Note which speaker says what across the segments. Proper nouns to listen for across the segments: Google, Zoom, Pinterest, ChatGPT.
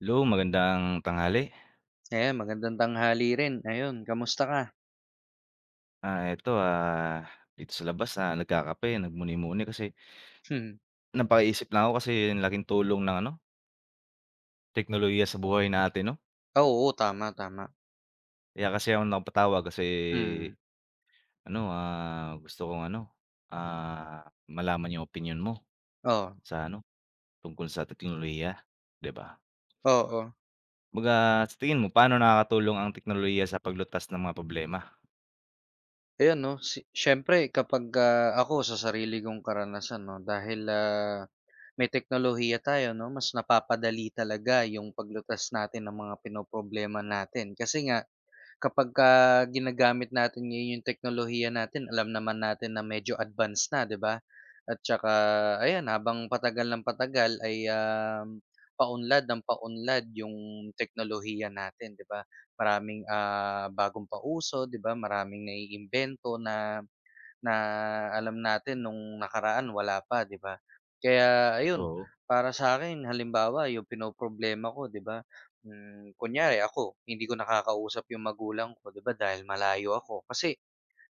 Speaker 1: Hello, magandang tanghali.
Speaker 2: Ayan, magandang tanghali rin. Ayun, kamusta ka?
Speaker 1: Ah, ito ah, dito sa labas, ah, nagkakape, nagmuni-muni kasi
Speaker 2: Hmm.
Speaker 1: napaisip lang ako kasi ang laking tulong ng ano, teknolohiya sa buhay natin 'no.
Speaker 2: Oo, tama, tama.
Speaker 1: Kaya kasi ako napatawag kasi
Speaker 2: Hmm,
Speaker 1: ano, ah, gusto kong ano, ah, malaman yung opinyon mo
Speaker 2: oo,
Speaker 1: sa ano, tungkol sa teknolohiya, 'di ba?
Speaker 2: oo.
Speaker 1: Kumbaga sa tingin mo paano nakakatulong ang teknolohiya sa paglutas ng mga problema?
Speaker 2: Ayun 'no, siyempre kapagka ako sa sarili kong karanasan 'no, dahil, may teknolohiya tayo 'no, mas napapadali talaga yung paglutas natin ng mga pinoproblema natin. Kasi nga kapagka ginagamit natin ngayon yung teknolohiya natin alam naman natin na medyo advanced na, 'di ba? At tsaka ayan habang patagal ng patagal ay, paunlad ng paunlad yung teknolohiya natin, 'di ba? Maraming, bagong pauso, 'di ba? Maraming naiimbento na na alam natin nung nakaraan wala pa, 'di ba? Kaya ayun,
Speaker 1: Oo,
Speaker 2: para sa akin halimbawa yung pinoproblema ko, 'di ba, kunyari ako hindi ko nakakausap yung magulang ko, 'di ba, dahil malayo ako. Kasi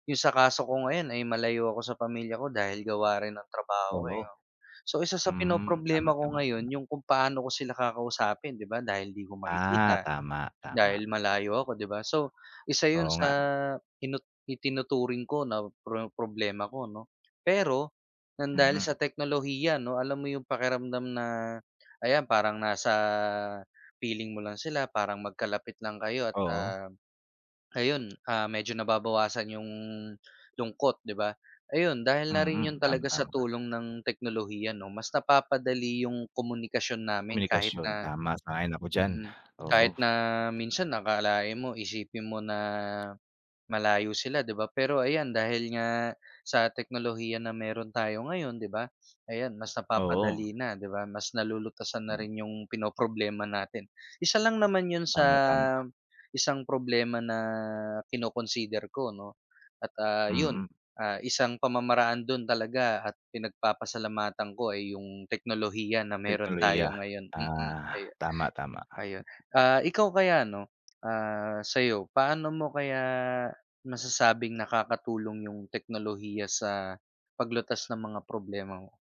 Speaker 2: yung sa kaso ko ngayon ay malayo ako sa pamilya ko dahil gawa rin ng trabaho ko,
Speaker 1: oo.
Speaker 2: eh, oh. So isa sa
Speaker 1: Mm, tama,
Speaker 2: pinoproblema ko
Speaker 1: tama, tama.
Speaker 2: ngayon yung kung paano ko sila kakausapin, 'di ba, dahil 'di ko
Speaker 1: Ah,
Speaker 2: makikita.
Speaker 1: tama, tama.
Speaker 2: Dahil malayo ako, 'di ba? So, isa
Speaker 1: Oo
Speaker 2: 'yun sa
Speaker 1: nga,
Speaker 2: itinuturing ko na problema ko 'no. Pero ng dahil
Speaker 1: mm.
Speaker 2: sa teknolohiya 'no, alam mo 'yung pakiramdam na ayan parang nasa piling mo lang sila, parang magkalapit lang kayo at,
Speaker 1: Oo,
Speaker 2: ayun, medyo nababawasan 'yung lungkot, 'di ba? Ayun, dahil na rin 'yun
Speaker 1: mm, tama,
Speaker 2: talaga sa
Speaker 1: tama.
Speaker 2: tulong ng teknolohiya 'no, mas napapadali 'yung komunikasyon namin kahit
Speaker 1: Komunikasyon,
Speaker 2: na
Speaker 1: tama, sang-ayon ako diyan,
Speaker 2: Mm.
Speaker 1: oo.
Speaker 2: Kahit na minsan akalain mo, isipin mo na malayo sila, 'di ba? Pero ayan, dahil nga sa teknolohiya na meron tayo ngayon, 'di ba? Ayan, mas
Speaker 1: Oo,
Speaker 2: napapadali na, 'di ba? Mas nalulutasan na
Speaker 1: hmm,
Speaker 2: rin yung pinoproblema natin. Isa lang naman yun sa
Speaker 1: tama, tama,
Speaker 2: isang problema na kino-consider ko, 'no? At, yun,
Speaker 1: mm,
Speaker 2: isang pamamaraan dun talaga at pinagpapasalamatan ko ay yung teknolohiya na meron tayo
Speaker 1: teknolohiya,
Speaker 2: ngayon. Mm,
Speaker 1: ah,
Speaker 2: ayun.
Speaker 1: tama, tama.
Speaker 2: Ayun. Ah, ikaw kaya 'no, sa'yo, paano mo kaya masasabing nakakatulong yung teknolohiya sa paglutas ng mga problema mo?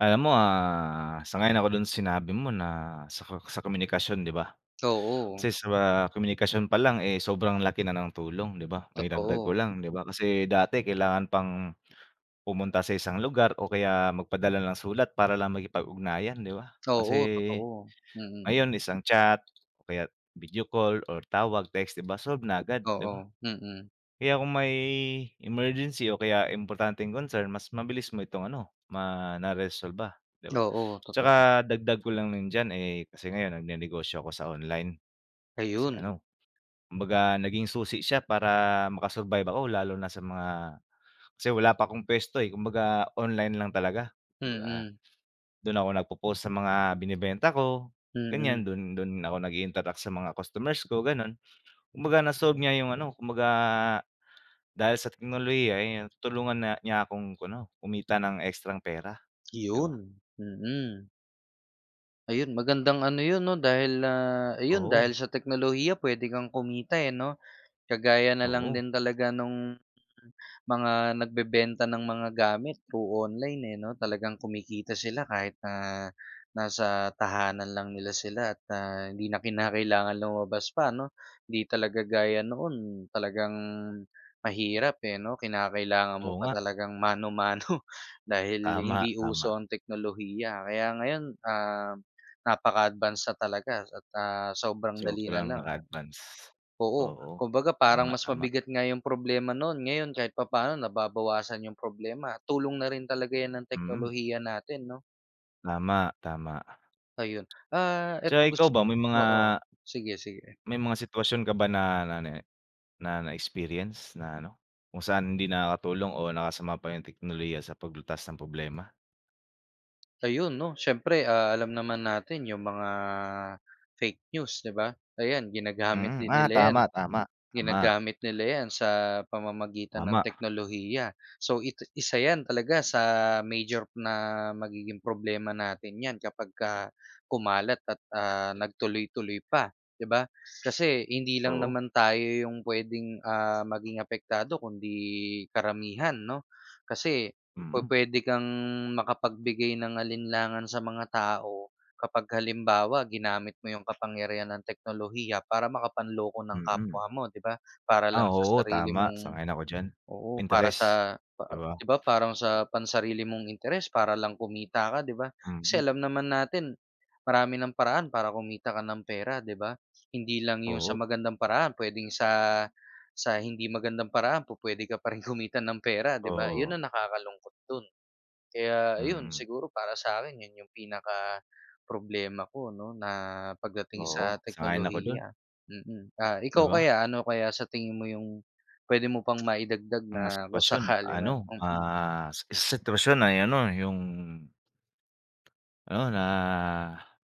Speaker 1: Alam mo, ah, sang-ayon ako dun sa sinabi mo na sa komunikasyon, 'di ba?
Speaker 2: Oo,
Speaker 1: Kasi sa komunikasyon pa lang, eh, sobrang laki na ng tulong, 'di ba? Maidagdag ko
Speaker 2: totoo.
Speaker 1: lang, 'di ba, kasi dati kailangan pang pumunta sa isang lugar o kaya magpadala ng sulat para lang makipag-ugnayan, 'di ba? Kasi
Speaker 2: Oo, totoo. Mm.
Speaker 1: ngayon isang chat o kaya video call or tawag, text, 'di ba, solve na agad, 'di
Speaker 2: Oo,
Speaker 1: ba?
Speaker 2: mm.
Speaker 1: Kaya kung may emergency o kaya importanteng concern mas mabilis mo itong ano, ma naresolba, 'di ba?
Speaker 2: Oo, totoo.
Speaker 1: Tsaka dagdag ko lang din diyan, eh, kasi ngayon nagnenegosyo ako sa online kasi
Speaker 2: Ayun.
Speaker 1: ano, kumbaga naging susi siya para makasurvive ako lalo na sa mga kasi wala pa akong puwesto, eh, kumbaga online lang talaga, kumbaga
Speaker 2: Mm,
Speaker 1: dun ako nagpo-post sa mga binebenta ko, ganyan.
Speaker 2: mm.
Speaker 1: Don don ako nag-i-interact sa mga customers ko, gano'n. Kumbaga na-solve niya yung ano, kumbaga dahil sa teknolohiya, eh, tulungan na niya akong ano, kumita ng ekstrang pera, 'di ba?
Speaker 2: 'Yun, mm. Ayun, magandang ano 'yun 'no, dahil, ayun,
Speaker 1: Oo,
Speaker 2: dahil sa teknolohiya puwede kang kumita, eh, 'no? Kagaya na lang
Speaker 1: oo.
Speaker 2: din talaga nung mga nagbebenta ng mga gamit through online, eh, 'no? Talagang kumikita sila kahit na nasa tahanan lang nila sila at, hindi na kinakailangan lumabas pa, 'no? Hindi talaga gaya noon, talagang mahirap, eh, 'no? Kinakailangan mo
Speaker 1: Oo
Speaker 2: pa
Speaker 1: nga,
Speaker 2: talagang mano-mano dahil
Speaker 1: tama,
Speaker 2: hindi
Speaker 1: tama.
Speaker 2: uso ang teknolohiya. Kaya ngayon, napaka-advance na talaga at, sobrang dali na
Speaker 1: Sobrang
Speaker 2: lang.
Speaker 1: naka-advance.
Speaker 2: Oo,
Speaker 1: Oo,
Speaker 2: kumbaga parang
Speaker 1: tama,
Speaker 2: mas
Speaker 1: tama.
Speaker 2: mabigat nga yung problema no'n, ngayon kahit papaano nababawasan yung problema, tulong na rin talaga 'yan ng
Speaker 1: Mm,
Speaker 2: teknolohiya natin 'no,
Speaker 1: tama, tama.
Speaker 2: ayun. Ah, eto
Speaker 1: Tsaka ikaw
Speaker 2: gusto
Speaker 1: ba, may mga
Speaker 2: oo, sige, sige.
Speaker 1: may mga sitwasyon ka ba na ano, na na-experience na ano, kung saan hindi nakakatulong o nakasama pa yung teknolohiya sa paglutas ng problema?
Speaker 2: Ayun 'no, siyempre, alam naman natin yung mga fake news, 'di ba? Ayan, ginagamit
Speaker 1: Mm,
Speaker 2: din
Speaker 1: ah,
Speaker 2: nila 'yan.
Speaker 1: tama, tama. Tama,
Speaker 2: Ginagamit nila 'yan sa pamamagitan ng
Speaker 1: tama,
Speaker 2: teknolohiya. So isa 'yan talaga sa major na magiging problema natin 'yan kapagka kumalat at, nagtuloy-tuloy pa, 'di ba? Kasi hindi lang
Speaker 1: oo,
Speaker 2: naman tayo yung puwedeng, maging apektado kundi karamihan, 'no? Kasi
Speaker 1: mm,
Speaker 2: pupuwede kang makapagbigay ng alinlangan sa mga tao. Kapag halimbawa ginamit mo yung kapangyarihan ng teknolohiya para makapanloko ng
Speaker 1: mm.
Speaker 2: kapwa mo, 'di ba? Para
Speaker 1: Ah,
Speaker 2: lang sa
Speaker 1: oo,
Speaker 2: sarili
Speaker 1: tama,
Speaker 2: mong
Speaker 1: sang-ayon ako diyan.
Speaker 2: oo, para
Speaker 1: Pinterest,
Speaker 2: sa
Speaker 1: 'di
Speaker 2: pa
Speaker 1: ba?
Speaker 2: 'di ba parang sa pansarili mong interes para lang kumita ka, 'di ba? Kasi
Speaker 1: Mm,
Speaker 2: alam naman natin marami ng paraan para kumita ka ng pera, 'di ba? Hindi lang yung sa
Speaker 1: oo,
Speaker 2: magandang paraan, puwedeng sa hindi magandang paraan pwede ka pa rin kumita ng pera, 'di ba? Yun
Speaker 1: oo,
Speaker 2: ang nakakalungkot dun. Kaya ayun,
Speaker 1: mm,
Speaker 2: siguro para sa akin yun yung pinaka problema ko 'no, na pagdating
Speaker 1: oo,
Speaker 2: sa
Speaker 1: sang-ayon ako do'n,
Speaker 2: teknolohiya, mm. Ah,
Speaker 1: 'di
Speaker 2: ikaw
Speaker 1: ba?
Speaker 2: kaya, ano kaya sa tingin mo yung pwede mo pang maidagdag
Speaker 1: Mga
Speaker 2: na kung
Speaker 1: sitwasyon
Speaker 2: sakali
Speaker 1: ano,
Speaker 2: man?
Speaker 1: ah, sa sitwasyon ay ano, yung ano, na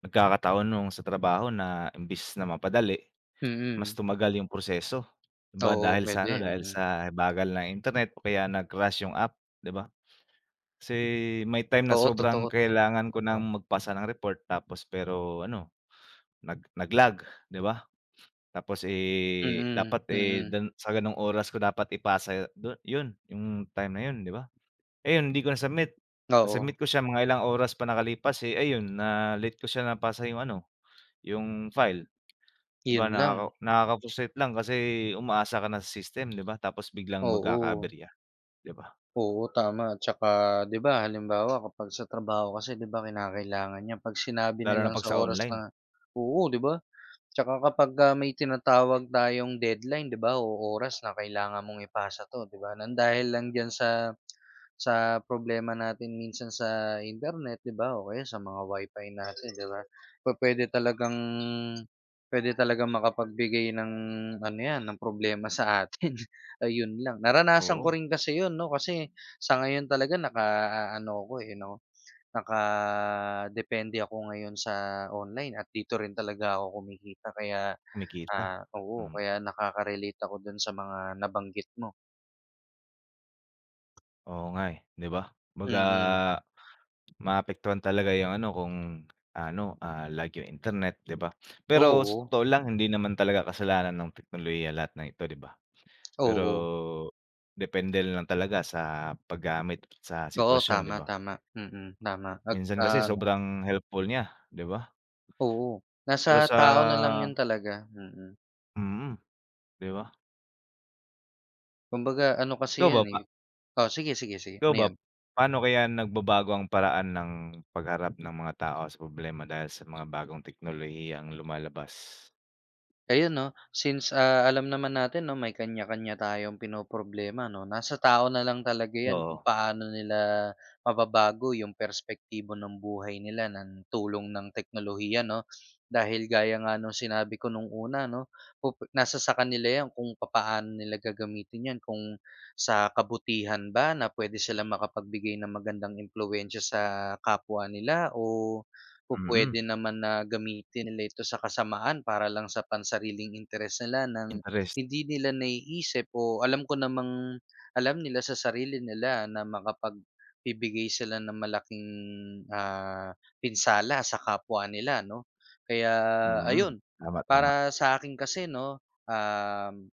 Speaker 1: nagkakataon nung sa trabaho na imbis na mapadali
Speaker 2: Mm,
Speaker 1: mas
Speaker 2: mm.
Speaker 1: tumagal yung proseso, 'di ba
Speaker 2: Oo,
Speaker 1: dahil sa
Speaker 2: pwede
Speaker 1: ano, dahil
Speaker 2: mm.
Speaker 1: sa bagal ng internet o kaya nag-crash yung app, 'di ba? Kasi may time na
Speaker 2: Oo,
Speaker 1: sobrang
Speaker 2: totoo,
Speaker 1: kailangan ko ng
Speaker 2: totoo.
Speaker 1: magpasa ng report tapos pero ano, nag-lag, 'di ba? Tapos, eh,
Speaker 2: Mm,
Speaker 1: dapat, eh,
Speaker 2: mm.
Speaker 1: dun sa ganong oras ko dapat ipasa yung time na yun, 'di ba? Ayun hindi ko na-submit.
Speaker 2: Oo,
Speaker 1: Na-submit ko siya mga ilang oras pa nakalipas, eh, ayun na late ko siya napasa yung ano, yung file. 'Di ba
Speaker 2: yun lang.
Speaker 1: nakaka-frustrate lang kasi umaasa ka na sa system 'di ba tapos biglang
Speaker 2: Oo,
Speaker 1: magkakaaberya, 'di ba?
Speaker 2: oo, tama. Tsaka 'di ba halimbawa kapag sa trabaho kasi 'di ba kinakailangan niya 'pag sinabi
Speaker 1: Lalo na
Speaker 2: nilang
Speaker 1: 'pag
Speaker 2: sa
Speaker 1: sa
Speaker 2: oras
Speaker 1: online,
Speaker 2: na oo, 'di ba? Tsaka kapag, may tinatawag tayong deadline 'di ba, o oras na kailangan mong ipasa 'to 'di ba, nang dahil lang diyan sa problema natin minsan sa internet 'di ba, o kaya sa mga wifi natin 'di ba. Pwede talagang makapagbigay ng ano 'yan, ng problema sa atin, ayun lang. Naranasan ko
Speaker 1: oo,
Speaker 2: rin kasi 'yun 'no, kasi sa ngayon talaga naka ano ko eh, 'no. Nakadepende ako ngayon sa online at dito rin talaga ako kumikita kaya,
Speaker 1: kumikita.
Speaker 2: oo
Speaker 1: Hmm,
Speaker 2: kaya nakaka-relate ako dun sa mga nabanggit mo.
Speaker 1: oo nga, eh, 'di ba? Kumbaga
Speaker 2: Mm.
Speaker 1: maapektuhan talaga yung ano kung ano, ah, lag yung internet 'di ba? Pero sa
Speaker 2: Oo,
Speaker 1: totoo lang hindi naman talaga kasalanan ng teknolohiya lahat ng ito 'di ba? Pero
Speaker 2: oo.
Speaker 1: depende na lang talaga sa paggamit sa
Speaker 2: Oo,
Speaker 1: sitwasyon 'di
Speaker 2: tama,
Speaker 1: ba?
Speaker 2: tama. Mm, tama at
Speaker 1: Minsan kasi
Speaker 2: ano
Speaker 1: sobrang helpful niya 'di ba?
Speaker 2: oo, nasa
Speaker 1: Pero sa
Speaker 2: tao na lang yun talaga, mm.
Speaker 1: mm. 'Di ba?
Speaker 2: Kumbaga ano kasi
Speaker 1: Ikaw ba
Speaker 2: yan,
Speaker 1: pa
Speaker 2: eh. Oh, sige, sige, sige.
Speaker 1: ikaw
Speaker 2: Ano
Speaker 1: ba,
Speaker 2: yun?
Speaker 1: paano kaya nagbabago ang paraan ng pagharap ng mga tao sa problema dahil sa mga bagong teknolohiyang lumalabas?
Speaker 2: Ayun 'no, since, alam naman natin 'no may kanya-kanya tayong pinoproblema 'no, nasa tao na lang talaga 'yan kung
Speaker 1: Oo,
Speaker 2: paano nila mababago yung perspektibo ng buhay nila ng tulong ng teknolohiya 'no. Dahil gaya nga nung sinabi ko nung una 'no, nasa sa kanila 'yan kung paano nila gagamitin 'yan, kung sa kabutihan ba na pwede sila makapagbigay ng magandang impluwensya sa kapwa nila o pupuwede
Speaker 1: mm.
Speaker 2: naman na gamitin nila ito sa kasamaan para lang sa pansariling interes nila ng
Speaker 1: Interes
Speaker 2: hindi nila naiisip o alam ko namang alam nila sa sarili nila na makapagbibigay sila ng malaking, ah, pinsala sa kapwa nila 'no. Kaya
Speaker 1: mm.
Speaker 2: ayun,
Speaker 1: Tama, tama.
Speaker 2: para sa akin kasi 'no,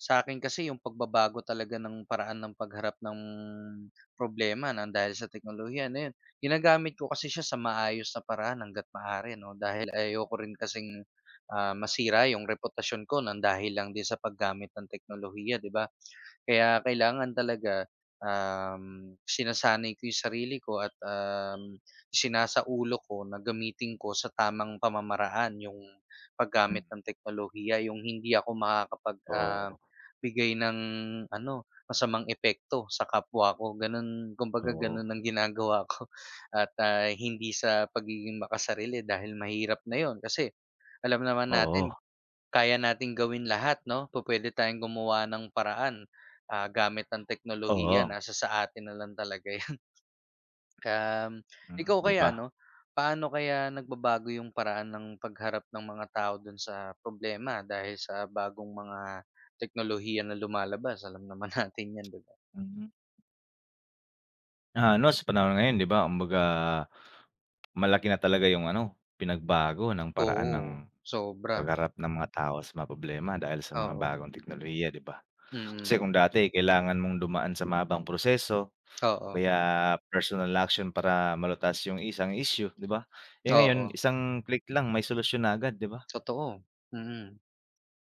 Speaker 2: sa akin kasi yung pagbabago talaga ng paraan ng pagharap ng problema ng dahil sa teknolohiya na yun, ginagamit ko kasi siya sa maayos na paraan hangga't maaari 'no, dahil ayoko rin kasing, masira yung reputasyon ko ng dahil lang din sa paggamit ng teknolohiya, 'di ba? Kaya kailangan talaga, sinasanay ko yung sarili ko at, isinasaulo ko na gamitin ko sa tamang pamamaraan yung
Speaker 1: Hmm,
Speaker 2: paggamit ng teknolohiya, yung hindi ako makakapag,
Speaker 1: oo,
Speaker 2: bigay ng ano, masamang epekto sa kapwa ko gano'n, kumbaga
Speaker 1: oo,
Speaker 2: gano'n ang ginagawa ko at, hindi sa pagiging makasarili dahil mahirap na yon. Kasi alam naman natin
Speaker 1: oo,
Speaker 2: kaya natin gawin lahat 'no, pwede tayong gumawa ng paraan, gamit ang
Speaker 1: oo,
Speaker 2: teknolohiya nasa sa atin na lang talaga 'yan. Um,
Speaker 1: mm,
Speaker 2: ikaw
Speaker 1: 'di
Speaker 2: kaya
Speaker 1: ba?
Speaker 2: 'no, paano kaya nagbabago yung paraan ng pagharap ng mga tao dun sa problema dahil sa bagong mga teknolohiya na lumalabas? Alam naman natin 'yan, 'di ba?
Speaker 1: Mm. Na ano, sa panahon ngayon 'di ba, kumbaga malaki na talaga yung ano, pinagbago ng paraan ng
Speaker 2: Oo, sobra.
Speaker 1: pagharap ng mga tao sa mga problema dahil sa mga
Speaker 2: Oo,
Speaker 1: bagong teknolohiya, 'di ba?
Speaker 2: mm.
Speaker 1: Kasi
Speaker 2: Mm.
Speaker 1: kung dati kailangan mong dumaan sa mahabang proseso o
Speaker 2: Oo,
Speaker 1: kaya personal action para malutas yung isang issue, 'di ba? Eh, ngayon
Speaker 2: oo,
Speaker 1: isang click lang may solusyon na agad, 'di ba?
Speaker 2: totoo. Mm. Mm.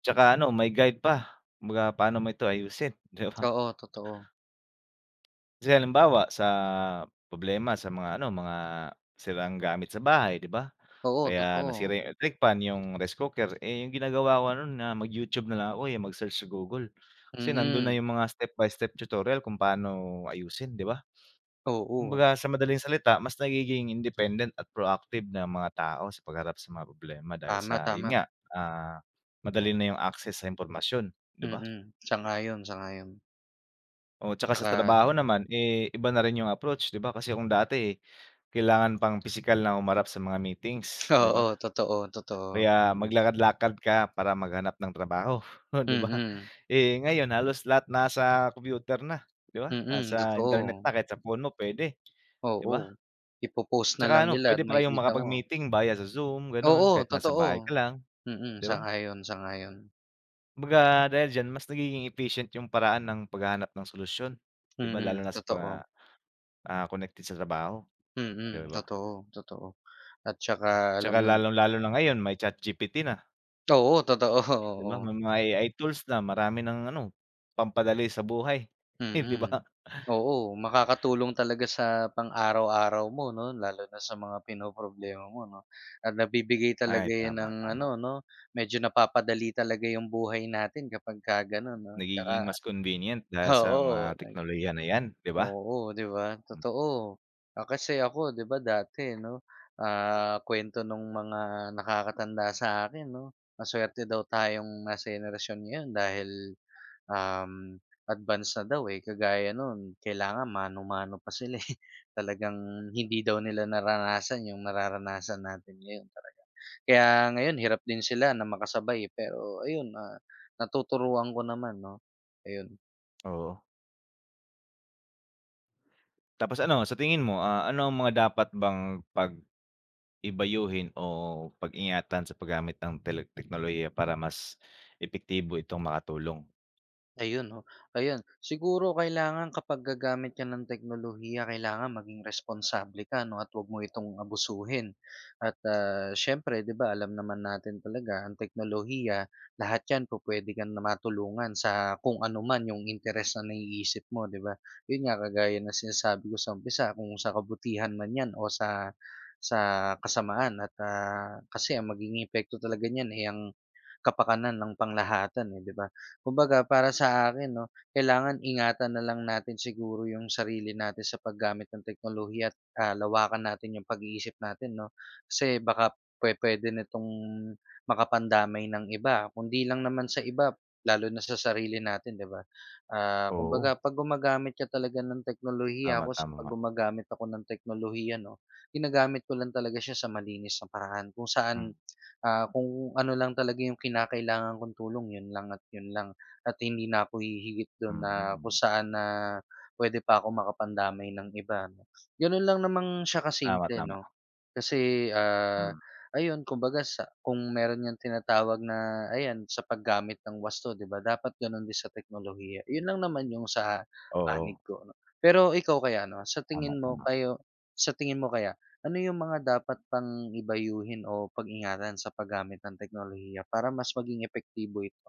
Speaker 1: Tsaka ano may guide pa, kumbaga paano mo ito ayusin, 'di ba?
Speaker 2: Oo, totoo.
Speaker 1: Kasi halimbawa sa problema sa mga ano, mga sirang gamit sa bahay, 'di ba?
Speaker 2: Oo,
Speaker 1: Kaya nasira
Speaker 2: totoo.
Speaker 1: yung electric fan, yung rice cooker, eh, yung ginagawa ko no'n na mag-YouTube na lang ako, eh, mag-search sa Google.
Speaker 2: Mm.
Speaker 1: Kasi nandun na yung
Speaker 2: Mm.
Speaker 1: mga step by step tutorial kung paano ayusin, 'di ba?
Speaker 2: Oo,
Speaker 1: Kumbaga sa madaling salita, mas nagiging independent at proactive na mga tao sa pagharap sa mga problema dahil
Speaker 2: tama,
Speaker 1: sa yun
Speaker 2: tama.
Speaker 1: nga, ah, madali na yung access sa impormasyon, 'di ba?
Speaker 2: Mm, sang-ayon, sang-ayon.
Speaker 1: O tsaka sa
Speaker 2: Tsaka
Speaker 1: trabaho naman, eh, iba na rin yung approach, 'di ba? Kasi kung dati eh, kailangan pang pisikal na umarap sa mga meetings, 'di ba?
Speaker 2: oo, totoo, totoo.
Speaker 1: Kaya
Speaker 2: Mm,
Speaker 1: maglakad-lakad ka para maghanap ng trabaho, 'di ba?
Speaker 2: mm.
Speaker 1: Eh, ngayon halos lahat nasa computer na, 'di ba?
Speaker 2: Mm,
Speaker 1: Nasa internet
Speaker 2: totoo.
Speaker 1: na kahit sa phone mo puwede, 'di
Speaker 2: Oo.
Speaker 1: ba?
Speaker 2: Ipo-post na
Speaker 1: Tsaka
Speaker 2: lang
Speaker 1: ano,
Speaker 2: nila
Speaker 1: puwede
Speaker 2: at
Speaker 1: pa kayong
Speaker 2: makikita mo.
Speaker 1: makapag-meeting via sa Zoom, gano'n,
Speaker 2: Oo,
Speaker 1: kahit nasa
Speaker 2: totoo.
Speaker 1: bahay ka lang,
Speaker 2: Mm,
Speaker 1: 'di ba?
Speaker 2: sang-ayon, sang-ayon.
Speaker 1: Kumbaga dahil diyan mas nagiging efficient yung paraan ng paghahanap ng solusyon, 'di ba, lalo
Speaker 2: Mm,
Speaker 1: na sa mga,
Speaker 2: totoo.
Speaker 1: ah, connected sa trabaho,
Speaker 2: Mm,
Speaker 1: 'di ba?
Speaker 2: totoo, totoo. At tsaka alam
Speaker 1: Tsaka
Speaker 2: mo
Speaker 1: lalong-lalo na ngayon may ChatGPT na,
Speaker 2: oo, totoo,
Speaker 1: 'di ba?
Speaker 2: oo.
Speaker 1: May mga AI tools na marami ng ano, pampadali sa buhay, eh, 'di ba?
Speaker 2: Mm. Oo, makakatulong talaga sa pang-araw-araw mo 'no, lalo na sa mga pinoproblema mo 'no, at nabibigay
Speaker 1: Ay,
Speaker 2: talaga 'yan
Speaker 1: tama,
Speaker 2: ng
Speaker 1: tama.
Speaker 2: ano 'no, medyo napapadali talaga yung buhay natin kapagka gano'n 'no, tsaka
Speaker 1: Nagiging mas convenient dahil sa mga
Speaker 2: oo.
Speaker 1: teknolohiya na 'yan, 'di ba?
Speaker 2: Oo, 'di ba?
Speaker 1: Hmm,
Speaker 2: Totoo. Ah, kasi ako 'di ba dati 'no, kwento nung mga nakakatanda sa akin, 'no, masuwerte daw tayong nasa henerasyon ngayon dahil, um, advanced na daw, eh. Kagaya nun kailangan mano-mano pa sila, eh. Talagang hindi daw nila naranasan yung nararanasan natin ngayon talaga. Kaya ngayon hirap din sila na makasabay, eh, pero ayun, natuturuan ko naman 'no, ayun.
Speaker 1: oo. Tapos ano, sa tingin mo, ah, ano ang mga dapat bang pag ibayuhin o pag-ingatan sa paggamit ng tele teknolohiya para mas epektibo itong makatulong.
Speaker 2: Ayun 'no, ayun. Siguro kailangan kapag gagamit ka ng teknolohiya kailangan maging responsable ka 'no at 'wag mo itong abusuhin. At, siyempre 'di ba alam naman natin talaga ang teknolohiya, lahat 'yan po pwede kang na matulungan sa kung ano man yung interes na naiisip mo 'di ba? Yun nga kagaya na sinasabi ko sa umpisa kung sa kabutihan man 'yan o sa kasamaan at, kasi ang magiging epekto talaga niyan, ay ang kapakanan ng panglahatan, eh, 'di ba? Kumbaga para sa akin 'no, kailangan ingatan na lang natin siguro yung sarili natin sa paggamit ng teknolohiya at, lawakan natin yung pag-iisip natin 'no. Kasi baka pupuwede nitong makapandamay ng iba, kundi lang naman sa iba, lalo na sa sarili natin 'di ba? Ah,
Speaker 1: Oo,
Speaker 2: kumbaga 'pag gumagamit ka talaga ng teknolohiya,
Speaker 1: tama,
Speaker 2: ako s 'pag
Speaker 1: tama.
Speaker 2: gumagamit ako ng teknolohiya 'no, ginagamit ko lang talaga siya sa malinis na paraan kung
Speaker 1: Hmm,
Speaker 2: saan, kung ano lang talaga yung kinakailangan kong tulong yun lang. At hindi na ako hihigit
Speaker 1: mm.
Speaker 2: dun na kung
Speaker 1: mm.
Speaker 2: saan na pwede pa ako makapandamay ng iba 'no. Gano'n lang naman siya
Speaker 1: Tama,
Speaker 2: kasimple
Speaker 1: tama.
Speaker 2: 'no. Kasi,
Speaker 1: Hmm,
Speaker 2: ayun kumbaga sa kung meron ngang tinatawag na ayan sa paggamit ng wasto 'di ba, dapat gano'n din sa teknolohiya. 'Yun lang naman yung sa panig
Speaker 1: oo,
Speaker 2: ko 'no. Pero ikaw kaya 'no,
Speaker 1: tama, tama.
Speaker 2: sa tingin mo kaya, ano yung mga dapat pang ibayuhin o pag-ingatan sa paggamit ng teknolohiya para mas maging epektibo ito?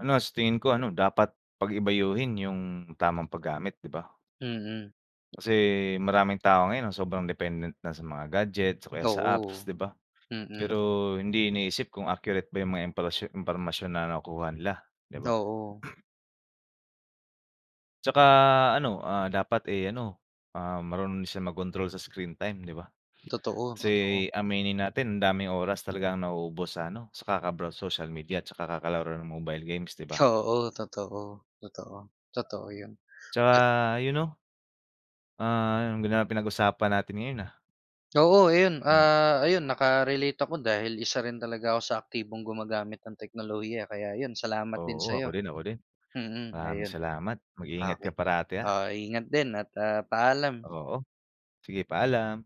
Speaker 1: Ano, sa tingin ko ano, dapat pag-ibayuhin yung tamang paggamit, 'di ba?
Speaker 2: Mm.
Speaker 1: Kasi maraming tao ngayon ang sobrang dependent na sa mga gadgets o kaya sa apps,
Speaker 2: Oo,
Speaker 1: 'di ba?
Speaker 2: mm.
Speaker 1: Pero hindi iniisip kung accurate ba yung mga impormasyon impormasyon na nakukuha nila, 'di ba?
Speaker 2: Oo.
Speaker 1: Tsaka ano, ah, dapat, eh, ano, ah, marunong din siya mag-control sa screen time, 'di ba?
Speaker 2: Totoo,
Speaker 1: Kasi
Speaker 2: totoo.
Speaker 1: aminin natin ang daming oras talaga ang nauubos sa ano, sa kaka-browse social media at saka kakalaro ng mobile games, 'di ba?
Speaker 2: Oo, totoo, totoo. Totoo 'yun.
Speaker 1: Tsaka you know ah, ang ganda ng pinag-usapan natin ngayon, ah.
Speaker 2: Oo, ayun,
Speaker 1: Hmm,
Speaker 2: ayun naka-relate ako dahil isa rin talaga ako sa aktibong gumagamit ng teknolohiya kaya 'yun salamat din
Speaker 1: oo, ako
Speaker 2: sa'yo.
Speaker 1: din, ako din.
Speaker 2: Mm,
Speaker 1: Maraming
Speaker 2: ayun,
Speaker 1: salamat. Mag-ingat ka
Speaker 2: okey.
Speaker 1: parati, ah.
Speaker 2: Oh, ingat din at, paalam.
Speaker 1: Oo, sige paalam.